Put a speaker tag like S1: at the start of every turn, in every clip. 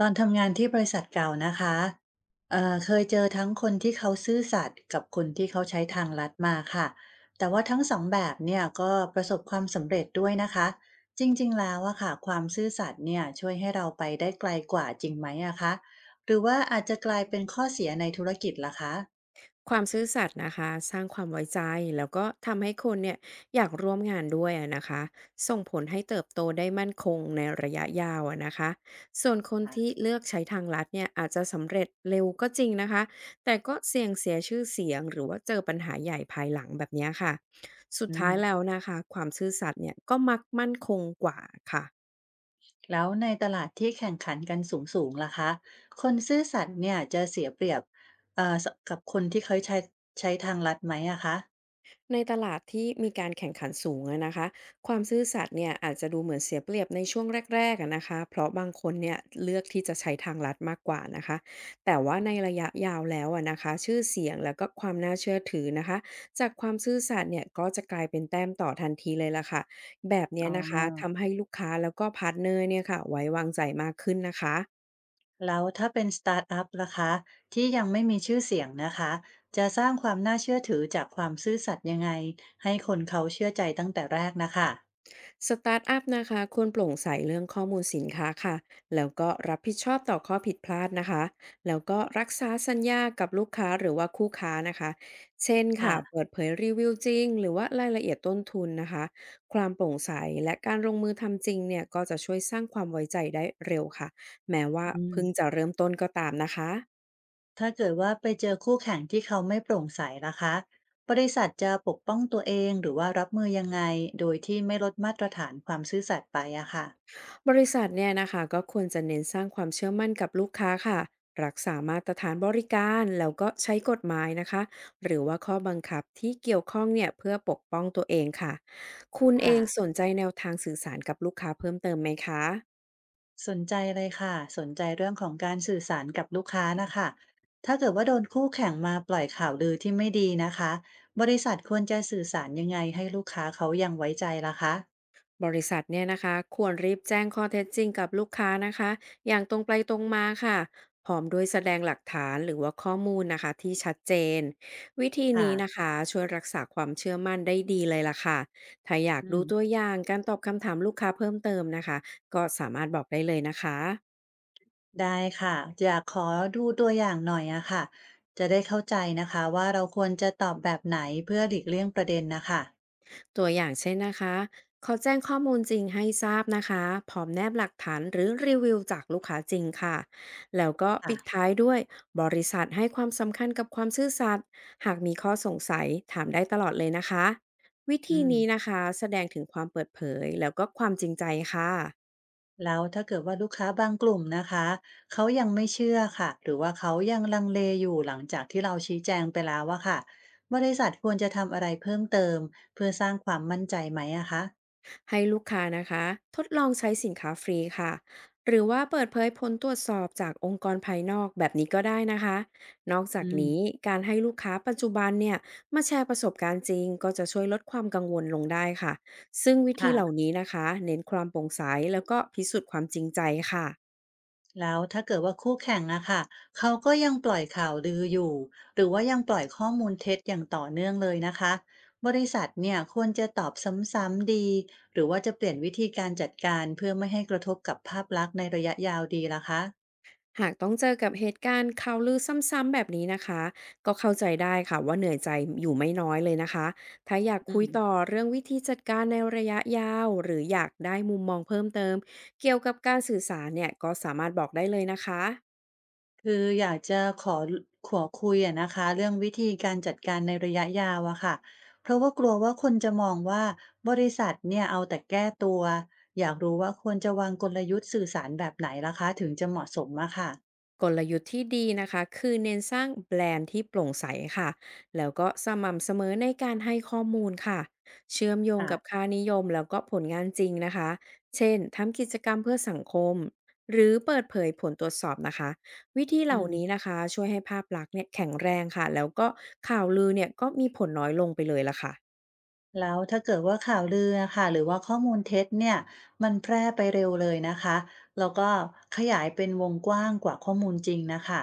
S1: ตอนทำงานที่บริษัทเก่านะคะเคยเจอทั้งคนที่เขาซื่อสัตย์กับคนที่เขาใช้ทางลัดมาค่ะแต่ว่าทั้งสองแบบเนี่ยก็ประสบความสำเร็จด้วยนะคะจริงๆแล้วอะค่ะความซื่อสัตย์เนี่ยช่วยให้เราไปได้ไกลกว่าจริงไหมอะคะหรือว่าอาจจะกลายเป็นข้อเสียในธุรกิจล่ะคะ
S2: ความซื่อสัตย์นะคะสร้างความไว้ใจแล้วก็ทำให้คนเนี่ยอยากร่วมงานด้วยอะนะคะส่งผลให้เติบโตได้มั่นคงในระยะยาวอะนะคะส่วนคน
S1: ค่ะ
S2: ที่เลือกใช้ทางลัดเนี่ยอาจจะสำเร็จเร็วก็จริงนะคะแต่ก็เสี่ยงเสียชื่อเสียงหรือว่าเจอปัญหาใหญ่ภายหลังแบบเนี้ยค่ะสุด
S1: อืม
S2: ท้ายแล้วนะคะความซื่อสัตย์เนี่ยก็มักมั่นคงกว่าค่ะ
S1: แล้วในตลาดที่แข่งขันกันสูงๆล่ะคะคนซื่อสัตย์เนี่ยจะเสียเปรียบเอ่อกับคนที่เขาใช้ทางลัดไหมอะคะ
S2: ในตลาดที่มีการแข่งขันสูงอะนะคะความซื่อสัตย์เนี่ยอาจจะดูเหมือนเสียเปรียบในช่วงแรกๆอะนะคะเพราะบางคนเนี่ยเลือกที่จะใช้ทางลัดมากกว่านะคะแต่ว่าในระยะยาวแล้วอะนะคะชื่อเสียงแล้วก็ความน่าเชื่อถือนะคะจากความซื่อสัตย์เนี่ยก็จะกลายเป็นแต้มต่อทันทีเลยล่ะค่ะแบบเนี้ย
S1: อ๋อ
S2: นะคะทำให้ลูกค้าแล้วก็พาร์ทเนอร์เนี่ยค่ะไว้วางใจมากขึ้นนะคะ
S1: แล้วถ้าเป็นสตาร์ทอัพล่ะคะที่ยังไม่มีชื่อเสียงนะคะจะสร้างความน่าเชื่อถือจากความซื่อสัตย์ยังไงให้คนเขาเชื่อใจตั้งแต่แรกนะคะ
S2: สตาร์ทอัพนะคะควรโปร่งใสเรื่องข้อมูลสินค้าค่ะแล้วก็รับผิดชอบต่อข้อผิดพลาดนะคะแล้วก็รักษาสัญญากับลูกค้าหรือว่าคู่ค้านะคะเช่นค่ะเปิ
S1: ค่ะ
S2: ดเผยรีวิวจริงหรือว่ารายละเอียดต้นทุนนะคะความโปร่งใสและการลงมือทำจริงเนี่ยก็จะช่วยสร้างความไว้ใจได้เร็วค่ะแม้ว่า
S1: อืม
S2: เพิ่งจะเริ่มต้นก็ตามนะคะ
S1: ถ้าเกิดว่าไปเจอคู่แข่งที่เขาไม่โปร่งใสล่ะคะบริษัทจะปกป้องตัวเองหรือว่ารับมือยังไงโดยที่ไม่ลดมาตรฐานความซื่อสัตย์ไปอะค่ะ
S2: บริษัทเนี่ยนะคะก็ควรจะเน้นสร้างความเชื่อมั่นกับลูกค้าค่ะรักษามาตรฐานบริการแล้วก็ใช้กฎหมายนะคะหรือว่าข้อบังคับที่เกี่ยวข้องเนี่ยเพื่อปกป้องตัวเองค่ะคุณเองส
S1: ค่ะ
S2: นใจแนวทางสื่อสารกับลูกค้าเพิ่มเติมไหมคะ
S1: สนใจเลยค่ะสนใจเรื่องของการสื่อสารกับลูกค้านะคะถ้าเกิดว่าโดนคู่แข่งมาปล่อยข่าวลือที่ไม่ดีนะคะบริษัทควรจะสื่อสารยังไงให้ลูกค้าเขายังไว้ใจล่ะคะ
S2: บริษัทเนี่ยนะคะควรรีบแจ้งข้อเท็จจริงกับลูกค้านะคะอย่างตรงไปตรงมาค่ะพร้อมด้วยแสดงหลักฐานหรือว่าข้อมูลนะคะที่ชัดเจนวิธี
S1: ค่ะ
S2: นี้นะคะช่วยรักษาความเชื่อมั่นได้ดีเลยล่ะค่ะถ้าอยาก
S1: อื
S2: ดู
S1: ม
S2: ตัวอย่างการตอบคำถามลูกค้าเพิ่มเติมนะคะก็สามารถบอกได้เลยนะคะ
S1: ได้ค่ะอยากขอดูตัวอย่างหน่อยอะค่ะจะได้เข้าใจนะคะว่าเราควรจะตอบแบบไหนเพื่อหลีกเลี่ยงประเด็นนะคะ
S2: ตัวอย่างเช่นนะคะเขาแจ้งข้อมูลจริงให้ทราบนะคะพร้อมแนบหลักฐานหรือรีวิวจากลูกค้าจริงค่ะ แล้วก็ปิด
S1: ค่ะ
S2: ท้ายด้วยบริษัทให้ความสำคัญกับความซื่อสัตย์หากมีข้อสงสัยถามได้ตลอดเลยนะคะ วิธี
S1: อืม
S2: นี้นะคะแสดงถึงความเปิดเผยแล้วก็ความจริงใจค่ะ
S1: แล้วถ้าเกิดว่าลูกค้าบางกลุ่มนะคะเขายังไม่เชื่อค่ะ หรือว่าเขายังลังเลอยู่หลังจากที่เราชี้แจงไปแล้วว่ะค่ะบริษัทควรจะทำอะไรเพิ่มเติมเพื่อสร้างความมั่นใจไหมอะคะ
S2: ให้ลูกค้านะคะทดลองใช้สินค้าฟรีค่ะหรือว่าเปิดเผยผลตรวจสอบจากองค์กรภายนอกแบบนี้ก็ได้นะคะนอกจาก
S1: อืม
S2: นี้การให้ลูกค้าปัจจุบันเนี่ยมาแชร์ประสบการณ์จริงก็จะช่วยลดความกังวลลงได้ค่ะซึ่งวิธี
S1: ค่ะ
S2: เหล่านี้นะคะเน้นความโปร่งใสแล้วก็พิสูจน์ความจริงใจค่ะ
S1: แล้วถ้าเกิดว่าคู่แข่งอะค่ะเขาก็ยังปล่อยข่าวลืออยู่ หรือว่ายังปล่อยข้อมูลเท็จอย่างต่อเนื่องเลยนะคะบริษัทเนี่ยควรจะตอบซ้ำๆดีหรือว่าจะเปลี่ยนวิธีการจัดการเพื่อไม่ให้กระทบกับภาพลักษณ์ในระยะยาวดีล่ะคะ
S2: หากต้องเจอกับเหตุการณ์ข่าวลือซ้ำๆแบบนี้นะคะก็เข้าใจได้ค่ะว่าเหนื่อยใจอยู่ไม่น้อยเลยนะคะถ้าอยาก
S1: อื
S2: คุยต่อ
S1: ม
S2: เรื่องวิธีจัดการในระยะยาวหรืออยากได้มุมมองเพิ่มเติมเกี่ยวกับการสื่อสารเนี่ยก็สามารถบอกได้เลยนะคะ
S1: คืออยากจะขอคุยอะนะคะเรื่องวิธีการจัดการในระยะยาวอะค่ะเพราะว่ากลัวว่าคนจะมองว่าบริษัทเนี่ยเอาแต่แก้ตัวอยากรู้ว่าควรจะวางกลยุทธ์สื่อสารแบบไหนล่ะคะถึงจะเหมาะสมอะค่ะ
S2: กลยุทธ์ที่ดีนะคะคือเน้นสร้างแบรนด์ที่โปร่งใสค่ะแล้วก็สม่ำเสมอในการให้ข้อมูลค่ะเชื่อมโยงกับ
S1: ค่ะ
S2: ค่านิยมแล้วก็ผลงานจริงนะคะเช่นทำกิจกรรมเพื่อสังคมหรือเปิดเผยผลตรวจสอบนะคะวิธีเห
S1: อื
S2: ล่านี้
S1: ม
S2: นะคะช่วยให้ภาพลักษณ์เนี่ยแข็งแรงค่ะแล้วก็ข่าวลือเนี่ยก็มีผลน้อยลงไปเลยละค่ะ
S1: แล้วถ้าเกิดว่าข่าวลืออะค่ะหรือว่าข้อมูลเท็จเนี่ยมันแพร่ไปเร็วเลยนะคะแล้วก็ขยายเป็นวงกว้างกว่าข้อมูลจริงน่ะค่ะ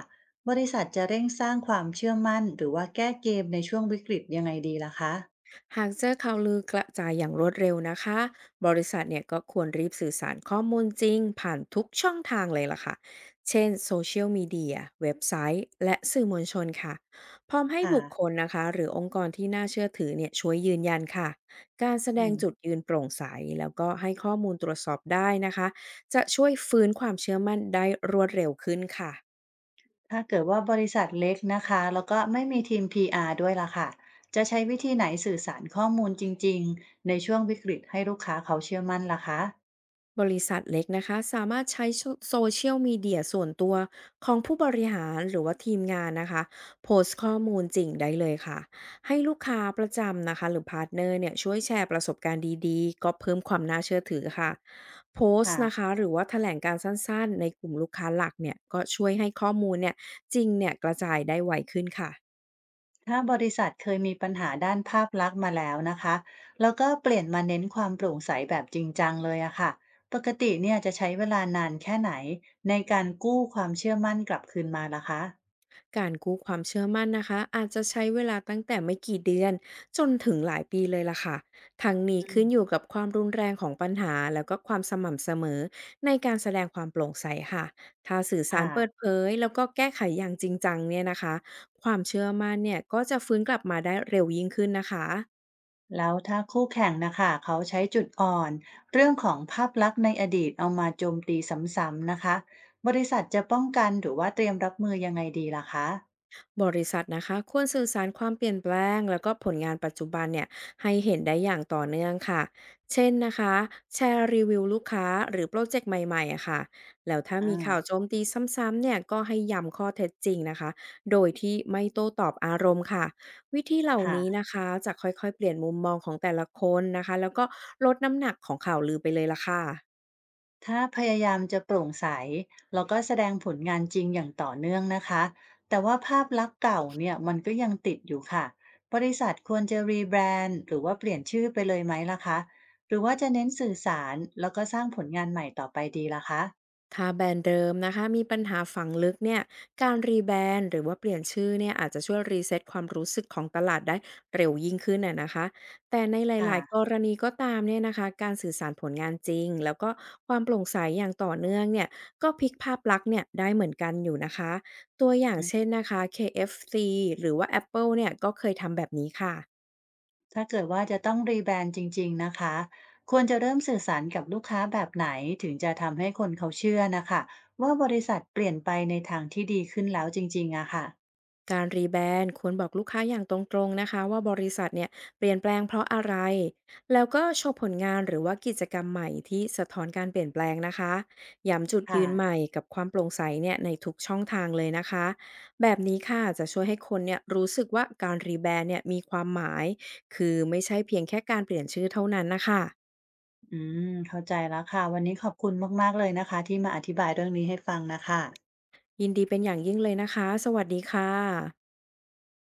S1: บริษัทจะเร่งสร้างความเชื่อมั่นหรือว่าแก้เกมในช่วงวิกฤตยังไงดีล่ะคะ
S2: หากเจอข่าวลือกระจายอย่างรวดเร็วนะคะ บริษัทเนี่ยก็ควรรีบสื่อสารข้อมูลจริงผ่านทุกช่องทางเลยล่ะค่ะ เช่นโซเชียลมีเดียเว็บไซต์และสื่อมวลชนค่ะพร้อมให้
S1: ค่ะ
S2: บุคคลนะคะหรือองค์กรที่น่าเชื่อถือเนี่ยช่วยยืนยันค่ะ การแสด
S1: อื
S2: ง
S1: ม
S2: จุดยืนโปร่งใสแล้วก็ให้ข้อมูลตรวจสอบได้นะคะ จะช่วยฟื้นความเชื่อมั่นได้รวดเร็วขึ้นค่ะ
S1: ถ้าเกิดว่าบริษัทเล็กนะคะแล้วก็ไม่มีทีม PR ด้วยล่ะค่ะจะใช้วิธีไหนสื่อสารข้อมูลจริงๆในช่วงวิกฤตให้ลูกค้าเขาเชื่อมั่นล่ะคะ
S2: บริษัทเล็กนะคะสามารถใช้โซเชียลมีเดียส่วนตัวของผู้บริหารหรือว่าทีมงานนะคะโพสต์ข้อมูลจริงได้เลยค่ะให้ลูกค้าประจำนะคะหรือพาร์ทเนอร์เนี่ยช่วยแชร์ประสบการณ์ดีๆก็เพิ่มความน่าเชื่อถือค่ะโพสต์นะ
S1: ค่ะ
S2: คะหรือว่าแถลงการณ์สั้นๆในกลุ่มลูกค้าหลักเนี่ยก็ช่วยให้ข้อมูลเนี่ยจริงเนี่ยกระจายได้ไวขึ้นค่ะ
S1: ถ้าบริษัทเคยมีปัญหาด้านภาพลักษณ์มาแล้วนะคะแล้วก็เปลี่ยนมาเน้นความโปร่งใสแบบจริงจังเลยอะค่ะปกติเนี่ยจะใช้เวลานานแค่ไหนในการกู้ความเชื่อมั่นกลับคืนมาล่ะคะ
S2: การกู้ความเชื่อมั่นนะคะอาจจะใช้เวลาตั้งแต่ไม่กี่เดือนจนถึงหลายปีเลยล่ะค่ะทั้งนี้
S1: อื
S2: ขึ้นอยู่
S1: ม
S2: กับความรุนแรงของปัญหาแล้วก็ความสม่ำเสมอในการแสดงความโปร่งใสค่ะถ้าสื่อสาร
S1: ค่ะ
S2: เปิดเผยแล้วก็แก้ไขอย่างจริงจังเนี่ยนะคะความเชื่อมั่นเนี่ยก็จะฟื้นกลับมาได้เร็วยิ่งขึ้นนะคะ
S1: แล้วถ้าคู่แข่งนะคะเขาใช้จุดอ่อนเรื่องของภาพลักษณ์ในอดีตเอามาโจมตีซ้ำๆนะคะบริษัทจะป้องกันหรือว่าเตรียมรับมือยังไงดีล่ะคะ
S2: บริษัทนะคะควรสื่อสารความเปลี่ยนแปลงแล้วก็ผลงานปัจจุบันเนี่ยให้เห็นได้อย่างต่อเนื่องค่ะเช่นนะคะแชร์รีวิวลูกค้าหรือโปรเจกต์ใหม่ๆอะค่ะแล้วถ้ามีข่าว
S1: อ่า
S2: โจมตีซ้ำๆเนี่ยก็ให้ย้ำข้อเท็จจริงนะคะโดยที่ไม่โต้ตอบอารมณ์ค่ะวิธีเหล่านี้
S1: ค่ะ
S2: นะคะจะค่อยๆเปลี่ยนมุมมองของแต่ละคนนะคะแล้วก็ลดน้ำหนักของข่าวลือไปเลยละค่ะ
S1: ถ้าพยายามจะโปร่งใสแล้วก็แสดงผลงานจริงอย่างต่อเนื่องนะคะแต่ว่าภาพลักษณ์เก่าเนี่ยมันก็ยังติดอยู่ค่ะบริษัทควรจะรีแบรนด์หรือว่าเปลี่ยนชื่อไปเลยไหมล่ะคะหรือว่าจะเน้นสื่อสารแล้วก็สร้างผลงานใหม่ต่อไปดีล่ะคะ
S2: ถ้าแบรนด์เดิมนะคะมีปัญหาฝังลึกเนี่ยการรีแบรนด์หรือว่าเปลี่ยนชื่อเนี่ยอาจจะช่วยรีเซ็ตความรู้สึกของตลาดได้เร็วยิ่งขึ้นน่ะนะคะแต่ในห
S1: ค่ะ
S2: ลายๆกรณีก็ตามเนี่ยนะคะการสื่อสารผลงานจริงแล้วก็ความโปร่งใสอย่างต่อเนื่องเนี่ยก็พลิกภาพลักษณ์เนี่ยได้เหมือนกันอยู่นะคะตัวอย่างเช่นนะคะ KFC หรือว่า Apple เนี่ยก็เคยทำแบบนี้ค่ะ
S1: ถ้าเกิดว่าจะต้องรีแบรนด์จริงๆนะคะ ควรจะเริ่มสื่อสารกับลูกค้าแบบไหนถึงจะทำให้คนเขาเชื่อนะคะว่าบริษัทเปลี่ยนไปในทางที่ดีขึ้นแล้วจริงๆอะค่ะ
S2: การรีแบรนด์ควรบอกลูกค้าอย่างตรงๆนะคะว่าบริษัทเนี่ยเปลี่ยนแปลงเพราะอะไรแล้วก็โชว์ผลงานหรือว่ากิจกรรมใหม่ที่สะท้อนการเปลี่ยนแปลงนะคะย้ำจุดยืนให
S1: ค่ะ
S2: ม่กับความโปร่งใสเนี่ยในทุกช่องทางเลยนะคะแบบนี้ค่ะจะช่วยให้คนเนี่ยรู้สึกว่าการรีแบรนด์เนี่ยมีความหมายคือไม่ใช่เพียงแค่การเปลี่ยนชื่อเท่านั้นนะคะ
S1: อืม เข้าใจแล้วค่ะ วันนี้ขอบคุณมากๆเลยนะคะที่มาอธิบายเรื่องนี้ให้ฟังนะคะ
S2: ยินดีเป็นอย่างยิ่งเลยนะคะสวัสดีค่ะ